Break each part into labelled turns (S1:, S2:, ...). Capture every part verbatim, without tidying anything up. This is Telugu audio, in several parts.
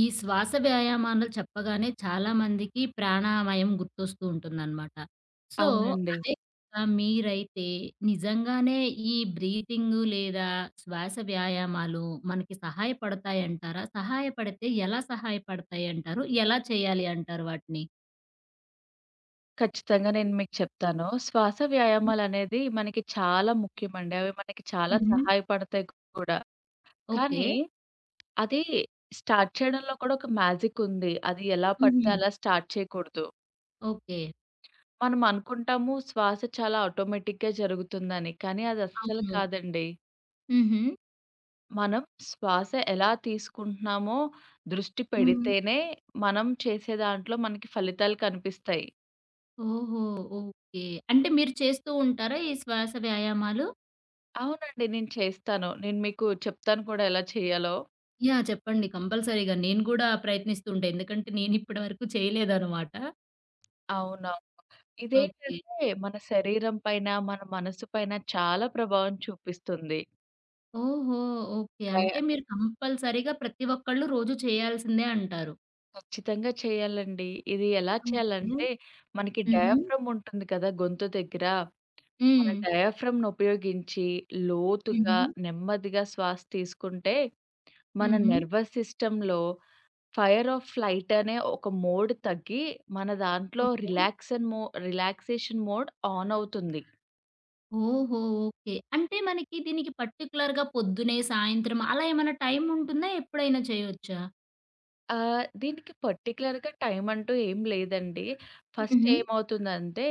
S1: ఈ శ్వాస వ్యాయామాలు చెప్పగానే చాలామందికి ప్రాణామయం గుర్తొస్తూ ఉంటుందనమాట. సో,
S2: అవునండి.
S1: అదే విధంగా మీరైతే నిజంగానే ఈ బ్రీతింగు లేదా శ్వాస వ్యాయామాలు మనకి సహాయపడతాయంటారా? సహాయపడితే ఎలా సహాయపడతాయంటారు? ఎలా చేయాలి అంటారు వాటిని?
S2: ఖచ్చితంగా నేను మీకు చెప్తాను. శ్వాస వ్యాయామాలనేది మనకి చాలా ముఖ్యమండి. అవి మనకి చాలా
S1: హుహు.
S2: సహాయపడతాయి కూడా.
S1: ఓకే.
S2: కానీ అది స్టార్ట్ చేయడంలో కూడా ఒక మ్యాజిక్ ఉంది. అది ఎలా
S1: హుహు.
S2: పడితే అలా స్టార్ట్ చేయకూడదు.
S1: ఓకే.
S2: మనం అనుకుంటాము శ్వాస చాలా ఆటోమేటిక్‌గా జరుగుతుందని. కానీ అది అస్సలు
S1: అవును.
S2: కాదండి.
S1: హుహు.
S2: మనం శ్వాస ఎలా తీసుకుంటున్నామో దృష్టి
S1: హ్మ్.
S2: పెడితేనే మనం చేసే దాంట్లో మనకి ఫలితాలు కనిపిస్తాయి.
S1: ఓహో! ఓకే. అంటే మీరు చేస్తూ ఉంటారా ఈ శ్వాస వ్యాయామాలు?
S2: అవునండి. నేను చేస్తాను. నేను మీకు చెప్తాను కూడా ఎలా చేయాలో.
S1: యాహ్! చెప్పండి. కంపల్సరీగా. నేను గూడా ప్రయత్నిస్తూ ఉంటా. ఎందుకంటే నేనిప్పటి వరకు చేయలేదనమాట.
S2: అవునవును.
S1: ఓకే.
S2: ఇదేంటంటే మన శరీరం పైన, మన మనసు పైన చాలా ప్రభావం చూపిస్తుంది.
S1: ఓహో! ఓకే.
S2: కయ
S1: అంటే మీరు కంపల్సరీగా ప్రతి ఒక్కళ్ళు రోజు చేయాల్సిందే అంటారు.
S2: ఖచ్చితంగా చేయాలండి. ఇది ఎలా
S1: ఓకే.
S2: చేయాలంటే మనకి
S1: హుహు.
S2: డయాఫ్రామ్ ఉంటుంది కదా! గొంతు దగ్గర. మన
S1: హ్మ్.
S2: డయాఫ్రామ్‌ను ఉపయోగించి లోతుగా,
S1: హుహు.
S2: నెమ్మదిగా శ్వాస తీసుకుంటే మన
S1: హుహు.
S2: నెర్వస్ సిస్టమ్‌లో ఫైర్ ఆర్ ఫ్లైట్ అనే ఒక మోడ్ తగ్గి, మన దాంట్లో
S1: ఓకే.
S2: రిలాక్సన్ మో రిలాక్సేషన్ మోడ్ ఆన్ అవుతుంది.
S1: ఓహో! ఓకే. అంటే మనకి దీనికి పర్టిక్యులర్‌గా పొద్దునే, సాయంత్రం అలా ఏమైనా టైం ఉంటుందా? ఎప్పుడైనా చేయొచ్చా?
S2: ఆహ్, దీనికి పర్టిక్యులర్‌గా టైం అంటూ ఏం లేదండి. ఫస్ట్
S1: హుహు.
S2: ఏమవుతుందంటే,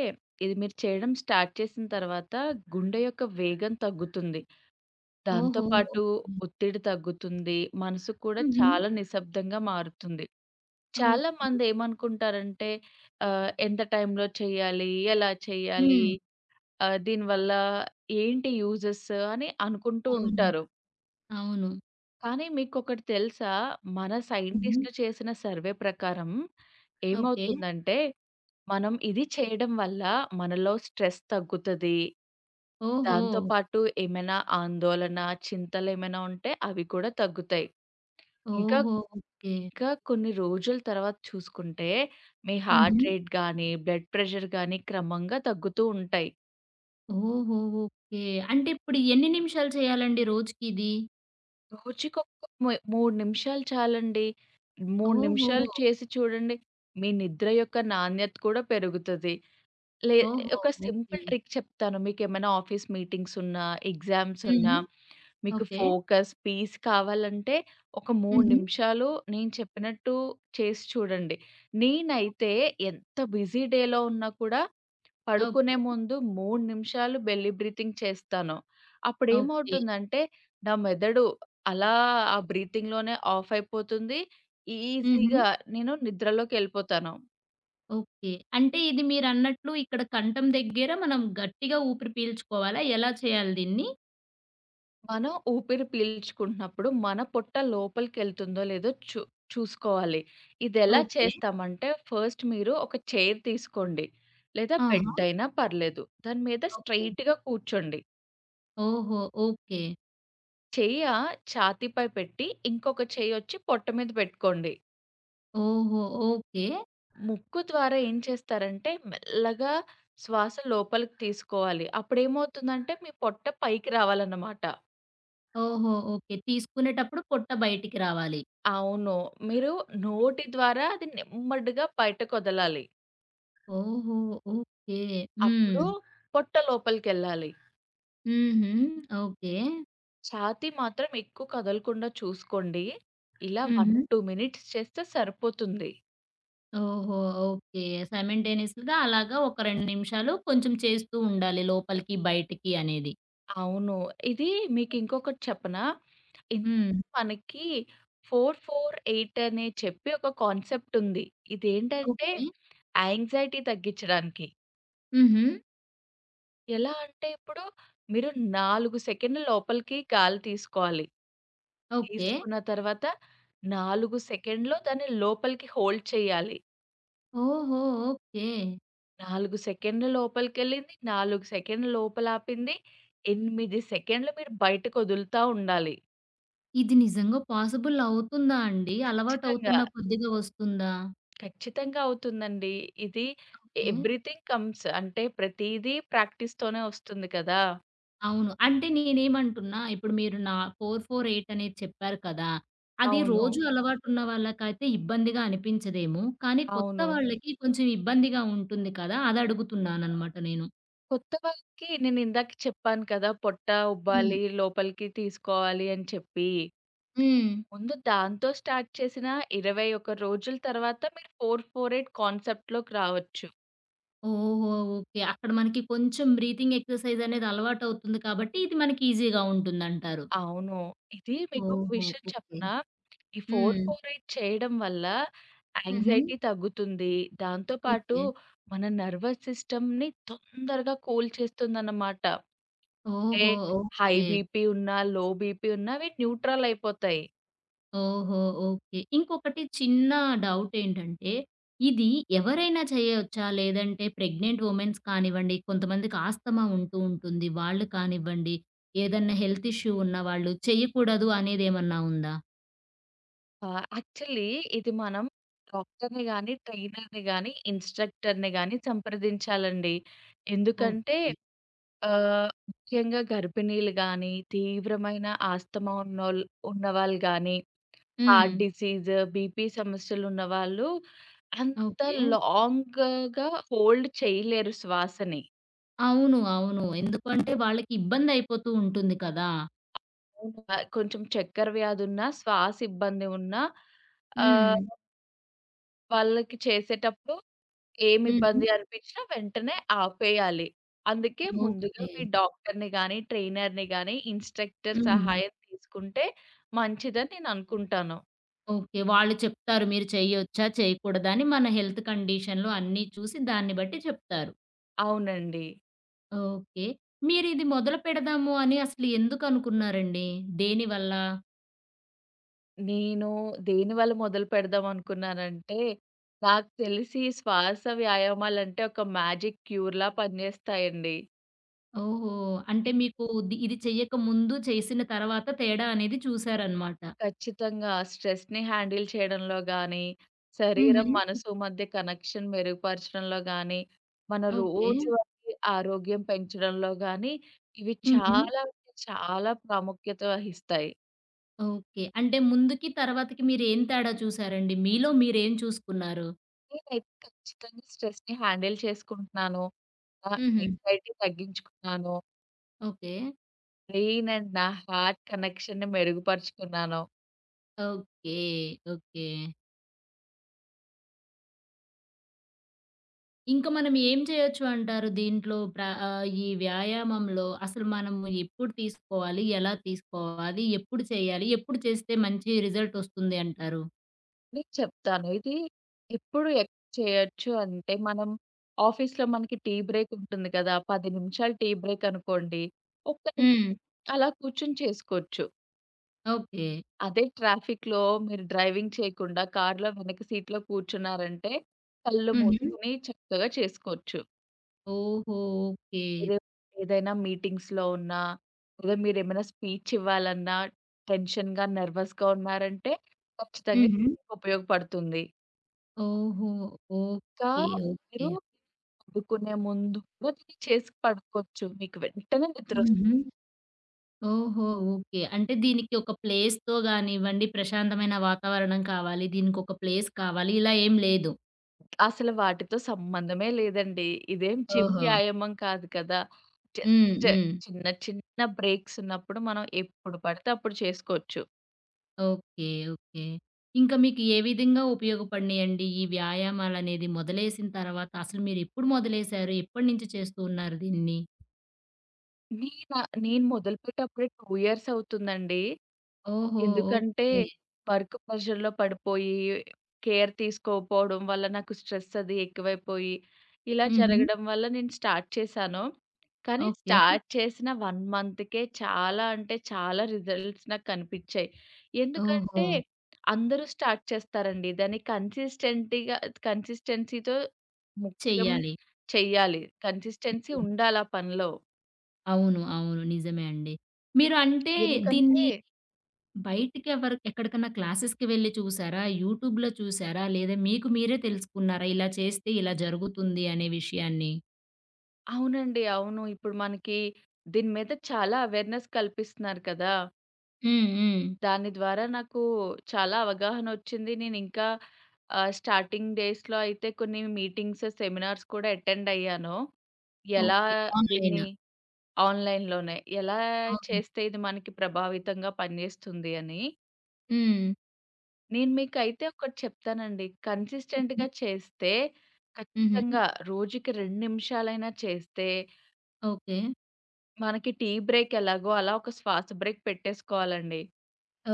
S2: ఇది మీరు చేయడం స్టార్ట్ చేసిన తర్వాత గుండె యొక్క వేగం తగ్గుతుంది. దాంతో
S1: ఓహో!
S2: పాటు
S1: ఓకే.
S2: ఒత్తిడి తగ్గుతుంది. మనసు కూడా
S1: హుహు.
S2: చాలా నిశ్శబ్దంగా మారుతుంది.
S1: ఓకే.
S2: చాలామందేమనుకుంటారంటే ఆహ్, ఎంత టైంలో చేయాలి? ఎలా చేయాలి?
S1: హ్మ్.
S2: ఆహ్, దీనివల్ల ఏంటి యూజెస్ అని అనుకుంటూ
S1: అవును.
S2: ఉంటారు.
S1: అవును.
S2: కానీ మీకొకటి తెలుసా? మన
S1: హుహు.
S2: సైంటిస్ట్‌లు చేసిన సర్వే ప్రకారం
S1: ఓకే.
S2: ఏమవుతుందంటే, మనం ఇది చేయడం వల్ల మనలో స్ట్రెస్ తగ్గుతది.
S1: ఓహో!
S2: దాంతో పాటు ఏమైనా ఆందోళన, చింతలేమైనా ఉంటే అవి కూడా తగ్గుతాయి. ఇంకా,
S1: ఓహో! ఓకే.
S2: ఇంకా కొన్ని రోజుల తర్వాత చూసుకుంటే, మీ
S1: హుహు.
S2: హార్ట్ రేట్ గాని, బ్లడ్ ప్రెషర్ గాని క్రమంగా తగ్గుతూ ఉంటాయి.
S1: ఓహో! ఓకే. అంటే ఇప్పుడు ఎన్ని నిమిషాలు చేయాలండి రోజుకి ఇది?
S2: రోజుకొక ము మూడు నిమిషాలు చాలండి. మూడు
S1: ఓహో!
S2: నిమిషాలు చేసి చూడండి. మీ నిద్ర యొక్క నాణ్యత కూడా పెరుగుతది. లే
S1: ఓహో!
S2: ఒక
S1: ఓకే.
S2: సింపుల్ ట్రిక్ చెప్తాను. మీకేమైనా ఆఫీస్ మీటింగ్స్ ఉన్నా, ఎగ్జామ్స్ ఉన్నా,
S1: హుహు.
S2: మీకు
S1: ఓకే.
S2: ఫోకస్, పీస్ కావాలంటే ఒక మూడు
S1: హుహు.
S2: నిమిషాలు నేను చెప్పినట్టు చేసి చూడండి. నేనైతే ఎంత బిజీ డేలో ఉన్నా కూడా
S1: ఓకే.
S2: పడుకునే ముందు మూడు నిమిషాలు బెల్లీ బ్రీతింగ్ చేస్తాను.
S1: ఓకే.
S2: అప్పుడేమవుతుందంటే, నా మెదడు అలా ఆ బ్రీతింగ్‌లోనే ఆఫ్ అయిపోతుంది.
S1: హుహు.
S2: ఈజీగా నేను నిద్రలోకెళ్ళిపోతాను.
S1: ఓకే. అంటే ఇది మీరన్నట్లు ఇక్కడ కంఠం దగ్గర మనం గట్టిగా ఊపిరి పీల్చుకోవాలా? ఎలా చేయాలి దీన్ని?
S2: మనం ఊపిరి పీల్చుకుంటున్నప్పుడు మన పొట్ట లోపలికెళ్తుందో లేదో చూ చూసుకోవాలి. ఇదెలా
S1: ఓకే.
S2: చేస్తామంటే, ఫస్ట్ మీరు ఒక చైర్ తీసుకోండి. లేదా
S1: ఆహా!
S2: బెడ్డయినా పర్లేదు. దాని మీద
S1: ఓకే.
S2: స్ట్రెయిట్‌గా కూర్చోండి.
S1: ఓహో! ఓకే.
S2: చెయ్య ఛాతీపై పెట్టి, ఇంకొక చెయ్యొచ్చి పొట్ట మీద పెట్టుకోండి.
S1: ఓహో! ఓకే.
S2: ముక్కు ద్వారా ఏం చేస్తారంటే మెల్లగా శ్వాస లోపలికి తీసుకోవాలి. అప్పుడేమవుతుందంటే మీ పొట్ట పైకి రావాలన్నమాట.
S1: ఓహో! ఓకే. తీసుకునేటప్పుడు పొట్ట బయటికి రావాలి.
S2: అవును. మీరు నోటి ద్వారా అది నెమ్మదిగా బయటకొదలాలి.
S1: ఓహో! ఓకే. హ్మ్.
S2: అప్పుడు పొట్ట లోపలికెళ్ళాలి.
S1: హుహు. ఓకే.
S2: ఛాతీ మాత్రం ఎక్కువ కదలకుండా చూసుకోండి. ఇలా ఒకటి,
S1: హుహు.
S2: రెండు మినిట్స్ చేస్తే సరిపోతుంది.
S1: ఓహో! ఓకే. సైమల్టేనియస్‌గా అలాగా ఒక రెండు నిమిషాలు కొంచెం చేస్తూ ఉండాలి లోపలికి, బయటికి అనేది.
S2: అవును. ఇది
S1: ఓకే.
S2: మీకింకొకటి చెప్పనా? ఇన్
S1: హ్మ్.
S2: మనకి నాలుగు, నాలుగు, ఎనిమిది అనే చెప్పి ఒక కాన్సెప్ట్ ఉంది. ఇదేంటంటే
S1: ఓకే.
S2: యాంగ్జైటీ తగ్గించడానికి.
S1: హుహు.
S2: ఎలా అంటే ఇప్పుడు మీరు నాలుగు సెకండ్ల లోపలికి గాలి తీసుకోవాలి.
S1: ఓకే.
S2: తీసుకున్న తర్వాత నాలుగు సెకండ్‌లో దాన్ని లోపలికి హోల్డ్ చేయాలి.
S1: ఓహో! ఓకే.
S2: నాలుగు సెకండ్ల లోపలికెళ్ళింది, నాలుగు సెకండ్ల లోపలాపింది, ఎనిమిది సెకండ్లు మీరు బయటకొదులుతా ఉండాలి.
S1: ఇది నిజంగా పాసిబుల్ అవుతుందా అండి?
S2: ఖచ్చితంగా.
S1: అలవాటవుతున్న కొద్దిగా వస్తుందా?
S2: ఖచ్చితంగా అవుతుందండి. ఇది
S1: ఓకే.
S2: ఎవ్రీథింగ్ కమ్స్ అంటే ప్రతీదీ ప్రాక్టీస్‌తోనే వస్తుంది కదా!
S1: అవును. అంటే నేనేమంటున్నా, ఇప్పుడు మీరు నా నాలుగు, నాలుగు, ఎనిమిది అనేది చెప్పారు కదా! అది
S2: అవును.
S1: రోజు హ్మ్. అలవాటున్న వాళ్ళకైతే ఇబ్బందిగా అనిపించదేమో, కానీ కొత్త
S2: అవును.
S1: హ్మ్. వాళ్ళకి కొంచెం ఇబ్బందిగా ఉంటుంది కదా! అదడుగుతున్నాననమాట నేను.
S2: కొత్త వాళ్ళకి నేనిందాక చెప్పాను కదా! పొట్ట
S1: హ్మ్.
S2: ఉబ్బాలి, లోపలికి తీసుకోవాలి అని చెప్పి.
S1: హ్మ్.
S2: ముందు దాంతో స్టార్ట్ చేసిన ఇరవై ఒక్క రోజుల తర్వాత మీరు నాలుగు, నాలుగు, ఎనిమిది కాన్సెప్ట్‌లోకి రావచ్చు.
S1: ఓహో! ఓకే. అక్కడ మనకి కొంచెం బ్రీతింగ్ ఎక్సర్‌సైజ్ అనేది అలవాటవుతుంది కాబట్టి, ఇది మనకి ఈజీగా ఉంటుందంటారు.
S2: అవును. ఇది మీకొక
S1: ఓహో!
S2: విషయం
S1: ఓకే.
S2: చెప్పనా? ఈ నాలుగు,
S1: హ్మ్.
S2: నాలుగు, ఎనిమిది చేయడం వల్ల
S1: హుహు.
S2: యాంగ్జైటీ తగ్గుతుంది. దాంతో పాటు
S1: ఓకే.
S2: మన నర్వస్ సిస్టమ్‌ని తొందరగా కూల్ చేస్తుందన్నమాట. అంటే
S1: ఓహో!
S2: High
S1: okay.
S2: బీపీ ఉన్నా, లో బీపీ ఉన్నా అవి న్యూట్రల్ అయిపోతాయి.
S1: ఓహో! ఓకే. ఇంకొకటి చిన్న డౌటేంటంటే, ఇది ఎవరైనా చేయొచ్చా? లేదంటే ప్రెగ్నెంట్ వుమెన్స్ కానివ్వండి, కొంతమందికి ఆస్తమా ఉంటూ ఉంటుంది. వాళ్ళు కానివ్వండి, ఏదన్నా హెల్త్ ఇష్యూ ఉన్నవాళ్ళు చేయకూడదు అనేదేమన్నా ఉందా?
S2: ఆ! యాక్చువల్లీ ఇది మనం డాక్టర్‌ని గాని, ట్రైనర్‌ని గాని, ఇన్‌స్ట్రక్టర్‌ని గాని సంప్రదించాలండి. ఎందుకంటే
S1: ఓకే.
S2: ఆహ్, ముఖ్యంగా గర్భిణీలు గాని, తీవ్రమైన ఆస్తమా ఉన్నోళ్ ఉన్నవాళ్ళు గాని,
S1: హ్మ్.
S2: హార్ట్ డిసీజ్, బీపీ సమస్యలు ఉన్నవాళ్ళు అంత
S1: ఓకే.
S2: లాంగ్‌గా హోల్డ్ చేయలేరు శ్వాసని.
S1: అవును. అవును. ఎందుకంటే వాళ్ళకి ఇబ్బందయిపోతూ ఉంటుంది కదా!
S2: అవును. ఆహ్, కొంచెం చక్కర వ్యాధి ఉన్నా, శ్వాస ఇబ్బంది ఉన్నా
S1: హ్మ్.
S2: ఆహ్, వాళ్ళకి చేసేటప్పుడు ఏమి
S1: హుహు.
S2: ఇబ్బంది అనిపించినా వెంటనే ఆపేయాలి. అందుకే ముందుగా
S1: ఓకే.
S2: మీ డాక్టర్‌ని గాని, ట్రైనర్‌ని గాని, ఇన్‌స్ట్రక్టర్
S1: హ్మ్.
S2: సహాయం తీసుకుంటే మంచిదని నేననుకుంటాను.
S1: ఓకే. వాళ్ళు చెప్తారు మీరు చెయ్యొచ్చా? చేయకూడదా? అని మన హెల్త్ కండిషన్‌లు అన్నీ చూసి దాన్ని బట్టి చెప్తారు.
S2: అవునండి.
S1: ఓకే. మీరిది మొదలు పెడదాము అని అసలు ఎందుకనుకున్నారండి? దేనివల్ల?
S2: నేను దేనివల్ల మొదలు పెడదామనుకున్నానంటే, నాకు తెలిసి శ్వాస వ్యాయామాలంటే ఒక మ్యాజిక్ క్యూర్‌లా పనిజేస్తాయండి.
S1: ఓహో! అంటే మీకు ది ఇది చెయ్యకముందు, చేసిన తర్వాత తేడా అనేది చూసారనమాట.
S2: ఖచ్చితంగా. ఆ స్ట్రెస్‌ని హ్యాండిల్ చేయడంలో గానీ, శరీరం,
S1: హుహు.
S2: మనసు మధ్య కనెక్షన్ మెరుగుపరచడంలో గానీ, మన
S1: ఓకే.
S2: రోజువారీ ఆరోగ్యం పెంచడంలో గానీ, ఇవి
S1: హుహు.
S2: చాలా అంటే చాలా ప్రాముఖ్యత వహిస్తాయి.
S1: ఓకే. అంటే ముందుకి, తర్వాతకి మీరేం తేడా చూసారండి? మీలో మీరేం చూసుకున్నారు?
S2: నేనైతే ఖచ్చితంగా స్ట్రెస్‌ని హ్యాండిల్ చేసుకుంటున్నాను. నా
S1: హుహు.
S2: యాంగ్జైటీ తగ్గించుకున్నాను.
S1: ఓకే.
S2: బ్రెయిన్ అండ్ నా హార్ట్ కనెక్షన్‌ని మెరుగుపరుచుకున్నాను.
S1: ఓకే. ఓకే. ఇంక మనం ఏం చేయొచ్చు అంటారు దీంట్లో? ప్ర ఆహ్, ఈ వ్యాయామంలో అసలు మనము ఎప్పుడు తీసుకోవాలి? ఎలా తీసుకోవాలి? ఎప్పుడు చేయాలి? ఎప్పుడు చేస్తే మంచి రిజల్ట్ వస్తుంది అంటారు?
S2: నేను చెప్తాను. ఇది ఎప్పుడు ఎక్ చేయొచ్చు అంటే, మనం ఆఫీస్‌లో మనకి టీ బ్రేక్ ఉంటుంది కదా! పది నిమిషాలు టీ బ్రేక్ అనుకోండి. ఒక్క నిమి
S1: హ్మ్.
S2: అలా కూర్చొని చేసుకోవచ్చు.
S1: ఓకే.
S2: అదే ట్రాఫిక్‌లో మీరు డ్రైవింగ్ చేయకుండా కార్‌లో వెనక సీట్‌లో కూర్చున్నారంటే, కళ్ళు
S1: హుహు.
S2: మూసుకొని చక్కగా చేసుకోవచ్చు.
S1: ఓహో! ఓకే.
S2: మీరు ఏదైనా మీటింగ్స్‌లో ఉన్నా, లేదా మీరేమైనా స్పీచ్ ఇవ్వాలన్నా, టెన్షన్‌గా, నెర్వస్‌గా ఉన్నారంటే, ఖచ్చితంగా
S1: హుహు.
S2: ఉపయోగపడుతుంది.
S1: ఓహో!
S2: ఇంకా
S1: ఓకే. ఓకే.
S2: మీరు పడుకునే ముందు కూడా మీరు చేసి పడుకోవచ్చు. మీకు వెంటనే
S1: హుహు.
S2: నిద్రొస్తుంది.
S1: ఓహో! ఓకే. అంటే దీనికి ఒక ప్లేస్‌తో గానివ్వండి, ప్రశాంతమైన వాతావరణం కావాలి, దీనికొక ప్లేస్ కావాలి ఇలా ఏం లేదు.
S2: అసలు వాటితో సంబంధమే లేదండి. ఇదేం జిమ్
S1: ఓహో!
S2: వ్యాయామం కాదు కదా!
S1: హ్మ్.
S2: జస్ట్
S1: హ్మ్.
S2: చిన్న చిన్న బ్రేక్స్ ఉన్నప్పుడు మనం ఎప్పుడు పడితే అప్పుడు చేసుకోవచ్చు.
S1: ఓకే. ఓకే. ఇంకా మీకు ఏ విధంగా ఉపయోగపడినియండి? ఈ వ్యాయామాలనేది మొదలేసిన తర్వాత అసలు మీరెప్పుడు మొదలేశారు? ఎప్పటినుంచి చేస్తూ ఉన్నారు దీన్ని?
S2: నేన నేను మొదలుపెట్టి అప్పుడే రెండు ఇయర్స్ అవుతుందండి.
S1: ఓహో!
S2: ఎందుకంటే
S1: ఓకే.
S2: వర్క్ ప్రెషర్‌లో పడిపోయి, కేర్ తీసుకోకపోవడం వల్ల నాకు స్ట్రెస్ అది ఎక్కువైపోయి, ఇలా
S1: హుహు.
S2: జరగడం వల్ల నేను స్టార్ట్ చేశాను. కానీ
S1: ఓకే.
S2: స్టార్ట్ చేసిన ఒక్క మంత్‌కే చాలా అంటే చాలా రిజల్ట్స్ నాకు కనిపిచ్చాయి.
S1: ఓహో!
S2: ఎందుకంటే అందరూ స్టార్ట్ చేస్తారండి. దాన్ని కన్సిస్టెంటీగా కన్సిస్టెన్సీతో ముఖ్యం
S1: చెయ్యాలి.
S2: చెయ్యాలి. కన్సిస్టెన్సీ
S1: హ్మ్.
S2: ఉండాలి ఆ పనిలో.
S1: అవును. అవును. నిజమే అండి. మీరు అంటే
S2: ఎందుకంటే
S1: దీన్ని బయటికి ఎవరి ఎక్కడికన్నా క్లాసెస్‌కి వెళ్లి చూసారా? యూట్యూబ్‌లో చూసారా? లేదా మీకు మీరే తెలుసుకున్నారా? ఇలా చేస్తే ఇలా జరుగుతుంది అనే విషయాన్ని?
S2: అవునండి. అవును. ఇప్పుడు మనకి దీని మీద చాలా అవేర్‌నెస్ కల్పిస్తున్నారు కదా!
S1: హ్మ్. హ్మ్.
S2: దాని ద్వారా నాకు చాలా అవగాహనొచ్చింది. నేనింకా ఆహ్, స్టార్టింగ్ డేస్‌లో అయితే కొన్ని మీటింగ్స్, సెమినార్స్ కూడా అటెండ్ అయ్యాను. ఎలా
S1: ఓకే. ఆన్‌లైనా.
S2: దీన్ని ఆన్‌లైన్‌లోనే ఎలా
S1: అవును.
S2: చేస్తే ఇది మనకి ప్రభావితంగా పనిచేస్తుంది అని.
S1: హ్మ్.
S2: నేను మీకైతే ఒకటి చెప్తానండి. కన్సిస్టెంట్‌గా చేస్తే
S1: హుహు.
S2: ఖచ్చితంగా రోజుకి రెండు నిమిషాలైనా చేస్తే
S1: ఓకే.
S2: మనకి టీ బ్రేక్ ఎలాగో అలా ఒక శ్వాస బ్రేక్ పెట్టేసుకోవాలండి.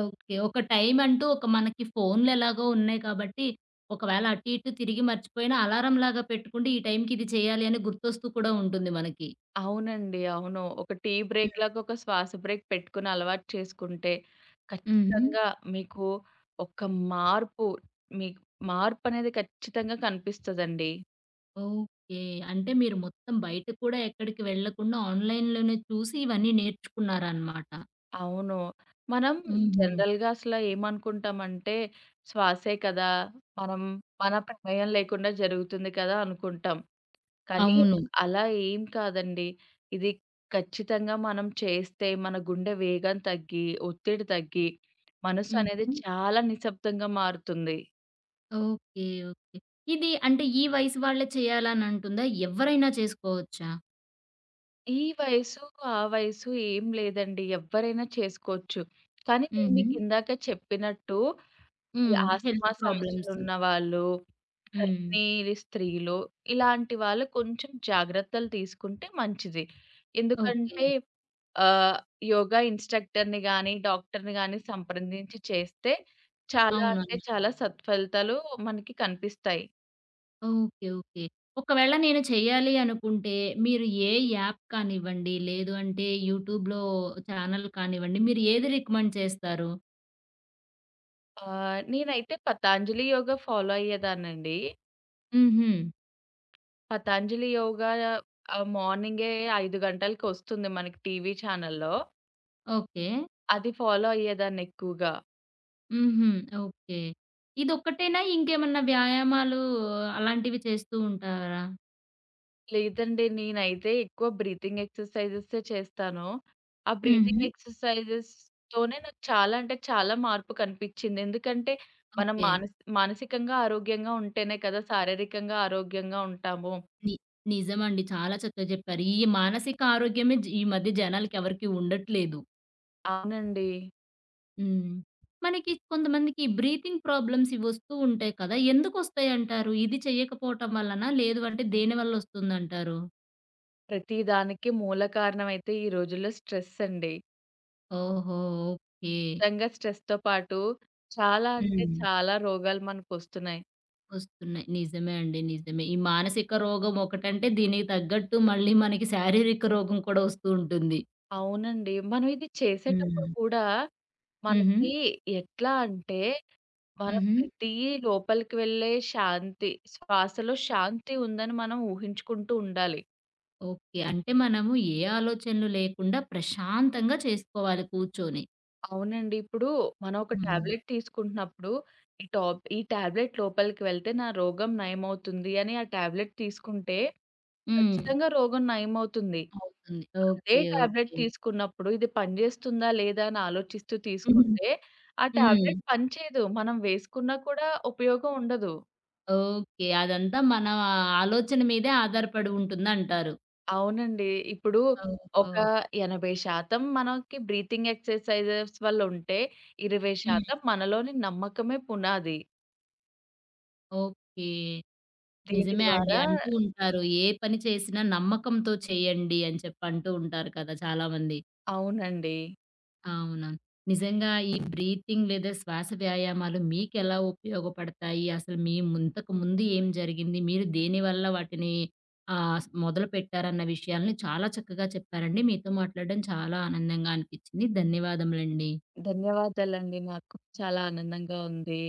S1: ఓకే. ఒక టైమ్ అంటూ ఒక మనకి ఫోన్‌లు ఎలాగో ఉన్నాయి కాబట్టి, ఒకవేళ అటు ఇటు తిరిగి మర్చిపోయినా అలారంలాగా పెట్టుకుంటే ఈ టైంకి ఇది చేయాలి అని గుర్తొస్తూ కూడా ఉంటుంది మనకి.
S2: అవునండి. అవును. ఒక టీ బ్రేక్
S1: హ్మ్.
S2: లాగా ఒక శ్వాస బ్రేక్ పెట్టుకుని అలవాటు చేసుకుంటే
S1: హుహు.
S2: ఖచ్చితంగా మీకు ఒక మార్పు మీకు మార్పనేది ఖచ్చితంగా కనిపిస్తదండి.
S1: ఓకే. అంటే మీరు మొత్తం బయట కూడా ఎక్కడికి వెళ్ళకుండా ఆన్‌లైన్‌లోనే చూసి ఇవన్నీ నేర్చుకున్నారనమాట.
S2: అవును. మనం
S1: హుహు.
S2: జనరల్‌గా అసల ఏమనుకుంటామంటే శ్వాసే కదా! మనం మన ప్రమేయం లేకుండా జరుగుతుంది కదా! అనుకుంటాం. కానీ
S1: అవును.
S2: అలా ఏం కాదండి. ఇది ఖచ్చితంగా మనం చేస్తే మన గుండె వేగం తగ్గి, ఒత్తిడి తగ్గి, మనసనేది
S1: హుహు.
S2: చాలా నిశ్శబ్దంగా మారుతుంది.
S1: ఓకే. ఓకే. ఇది అంటే ఈ వయసు వాళ్ళే చేయాలని అంటుందా? ఎవరైనా చేసుకోవచ్చా?
S2: ఈ వయసు, ఆ వయసు ఏం లేదండి. ఎవ్వరైనా చేసుకోవచ్చు. కానీ నేను
S1: హుహు.
S2: మీకిందాక చెప్పినట్టు ఈ
S1: హ్మ్. Health
S2: asthma
S1: problems.
S2: సమస్యలున్నవాళ్ళు,
S1: హ్మ్.
S2: గర్భిణీ స్త్రీలు ఇలాంటి వాళ్ళు కొంచెం జాగ్రత్తలు తీసుకుంటే మంచిది.
S1: ఓకే.
S2: ఎందుకంటే ఆహ్, యోగా ఇన్‌స్ట్రక్టర్‌ని గాని, డాక్టర్‌ని గాని సంప్రదించి చేస్తే చాలా అంటే
S1: అవునవును.
S2: చాలా సత్ఫలితాలు మనకి కనిపిస్తాయి.
S1: ఓకే. ఓకే. ఒకవేళ నేను చేయాలి అనుకుంటే, మీరు ఏ యాప్ కానివ్వండి, లేదు అంటే యూట్యూబ్‌లో ఛానల్ కానివ్వండి, మీరు ఏది రికమెండ్ చేస్తారు?
S2: ఆహ్, నేనైతే పతాంజలి యోగా ఫాలో అయ్యేదాన్నండి.
S1: హుహు.
S2: పతాంజలి యోగా ఆహ్, మార్నింగే ఐదు గంటలకొస్తుంది మనకి టీవీ ఛానెల్‌లో.
S1: ఓకే.
S2: అది ఫాలో అయ్యేదాన్ని ఎక్కువగా.
S1: హుహు. ఓకే. ఇదొక్కటేనా? ఇంకేమన్నా వ్యాయామాలు అలాంటివి చేస్తూ ఉంటారా?
S2: లేదండి. నేనైతే ఎక్కువ బ్రీతింగ్ ఎక్సర్‌సైజెసే చేస్తాను. ఆ బ్రీతింగ్
S1: హుహు.
S2: ఎక్సర్‌సైజెస్‌తోనే నాకు చాలా అంటే చాలా మార్పు కనిపిచ్చింది. ఎందుకంటే మనం
S1: ఓకే.
S2: మానసి మానసికంగా ఆరోగ్యంగా ఉంటేనే కదా! శారీరకంగా ఆరోగ్యంగా ఉంటాము.
S1: ని నిజమండి. చాలా చక్కగా చెప్పారు. ఈ మానసిక ఆరోగ్యమే జి ఈ మధ్య జనాలకి ఎవరికీ ఉండట్లేదు.
S2: అవునండి.
S1: హ్మ్. మనకి కొంతమందికి బ్రీతింగ్ ప్రాబ్లమ్స్ ఇవొస్తూ ఉంటాయి కదా! ఎందుకొస్తాయంటారు? ఇది చేయకపోవటం వల్లనా? లేదు అంటే దేనివల్లొస్తుందంటారు?
S2: ప్రతి దానికి మూల కారణమైతే ఈ రోజుల్లో స్ట్రెస్ అండి.
S1: ఓహో! ఓకే.
S2: నిజంగా స్ట్రెస్‌తో పాటు చాలా అంటే
S1: హ్మ్.
S2: చాలా రోగాలు మనకొస్తున్నాయి.
S1: వస్తున్నాయి. నిజమే అండి. నిజమే. ఈ మానసిక రోగం ఒకటంటే దీనికి తగ్గట్టు మళ్ళీ మనకి శారీరక రోగం కూడా వస్తూ ఉంటుంది.
S2: అవునండి. మనం ఇది చేసేటప్పుడు
S1: హ్మ్.
S2: కూడా
S1: హుహు.
S2: మనకి ఎట్లా అంటే మనం
S1: హుహు.
S2: ప్రతి లోపలికి వెళ్ళే శాంతి, శ్వాసలో శాంతి ఉందని మనం ఊహించుకుంటూ ఉండాలి.
S1: ఓకే. అంటే మనము ఏ ఆలోచనలు లేకుండా ప్రశాంతంగా చేసుకోవాలి కూర్చొని.
S2: అవునండి. ఇప్పుడు మనం ఒక
S1: హ్మ్.
S2: టాబ్లెట్ తీసుకుంటున్నప్పుడు, ఈ టాబ్ ఈ టాబ్లెట్ లోపలికి వెళ్తే నా రోగం నయమవుతుంది అని ఆ టాబ్లెట్ తీసుకుంటే
S1: హ్మ్.
S2: ఖచ్చితంగా రోగం నయమవుతుంది.
S1: అవుతుంది.
S2: అదే
S1: ఓకే.
S2: Tablet
S1: okay.
S2: తీసుకున్నప్పుడు ఇది పనిచేస్తుందా లేదా అని ఆలోచిస్తూ తీసుకుంటే, ఆ
S1: హ్మ్.
S2: టాబ్లెట్ పనిచేయదు. మనం వేసుకున్నా కూడా ఉపయోగం ఉండదు.
S1: ఓకే. అదంతా మన ఆలోచన మీదే ఆధారపడి ఉంటుందంటారు.
S2: అవునండి. ఇప్పుడు
S1: ఓహో!
S2: ఒక ఎనభై శాతం మనకి బ్రీతింగ్ ఎక్సర్‌సైజెస్ వల్ల ఉంటే,
S1: హ్మ్.
S2: ఇరవై శాతం మనలోని నమ్మకమే పునాది.
S1: ఓకే.
S2: దీని
S1: నిజమే అండి.
S2: ద్వారా
S1: అంటూ ఉంటారు. ఏ పని చేసినా నమ్మకంతో చేయండి అని చెప్పి అంటూ ఉంటారు కదా! చాలామంది.
S2: అవునండి.
S1: అవును. నిజంగా ఈ బ్రీతింగ్ లేదా శ్వాస వ్యాయామాలు మీకెలా ఉపయోగపడతాయి? అసలు మీ ముం ఇంతకు ముందు ఏం జరిగింది? మీరు దేనివల్ల వాటిని ఆహ్, మొదలుపెట్టారన్న విషయాల్ని చాలా చక్కగా చెప్పారండి. మీతో మాట్లాడడం చాలా ఆనందంగా అనిపించింది. ధన్యవాదములండి.
S2: ధన్యవాదాలండి. నాకు చాలా ఆనందంగా ఉంది.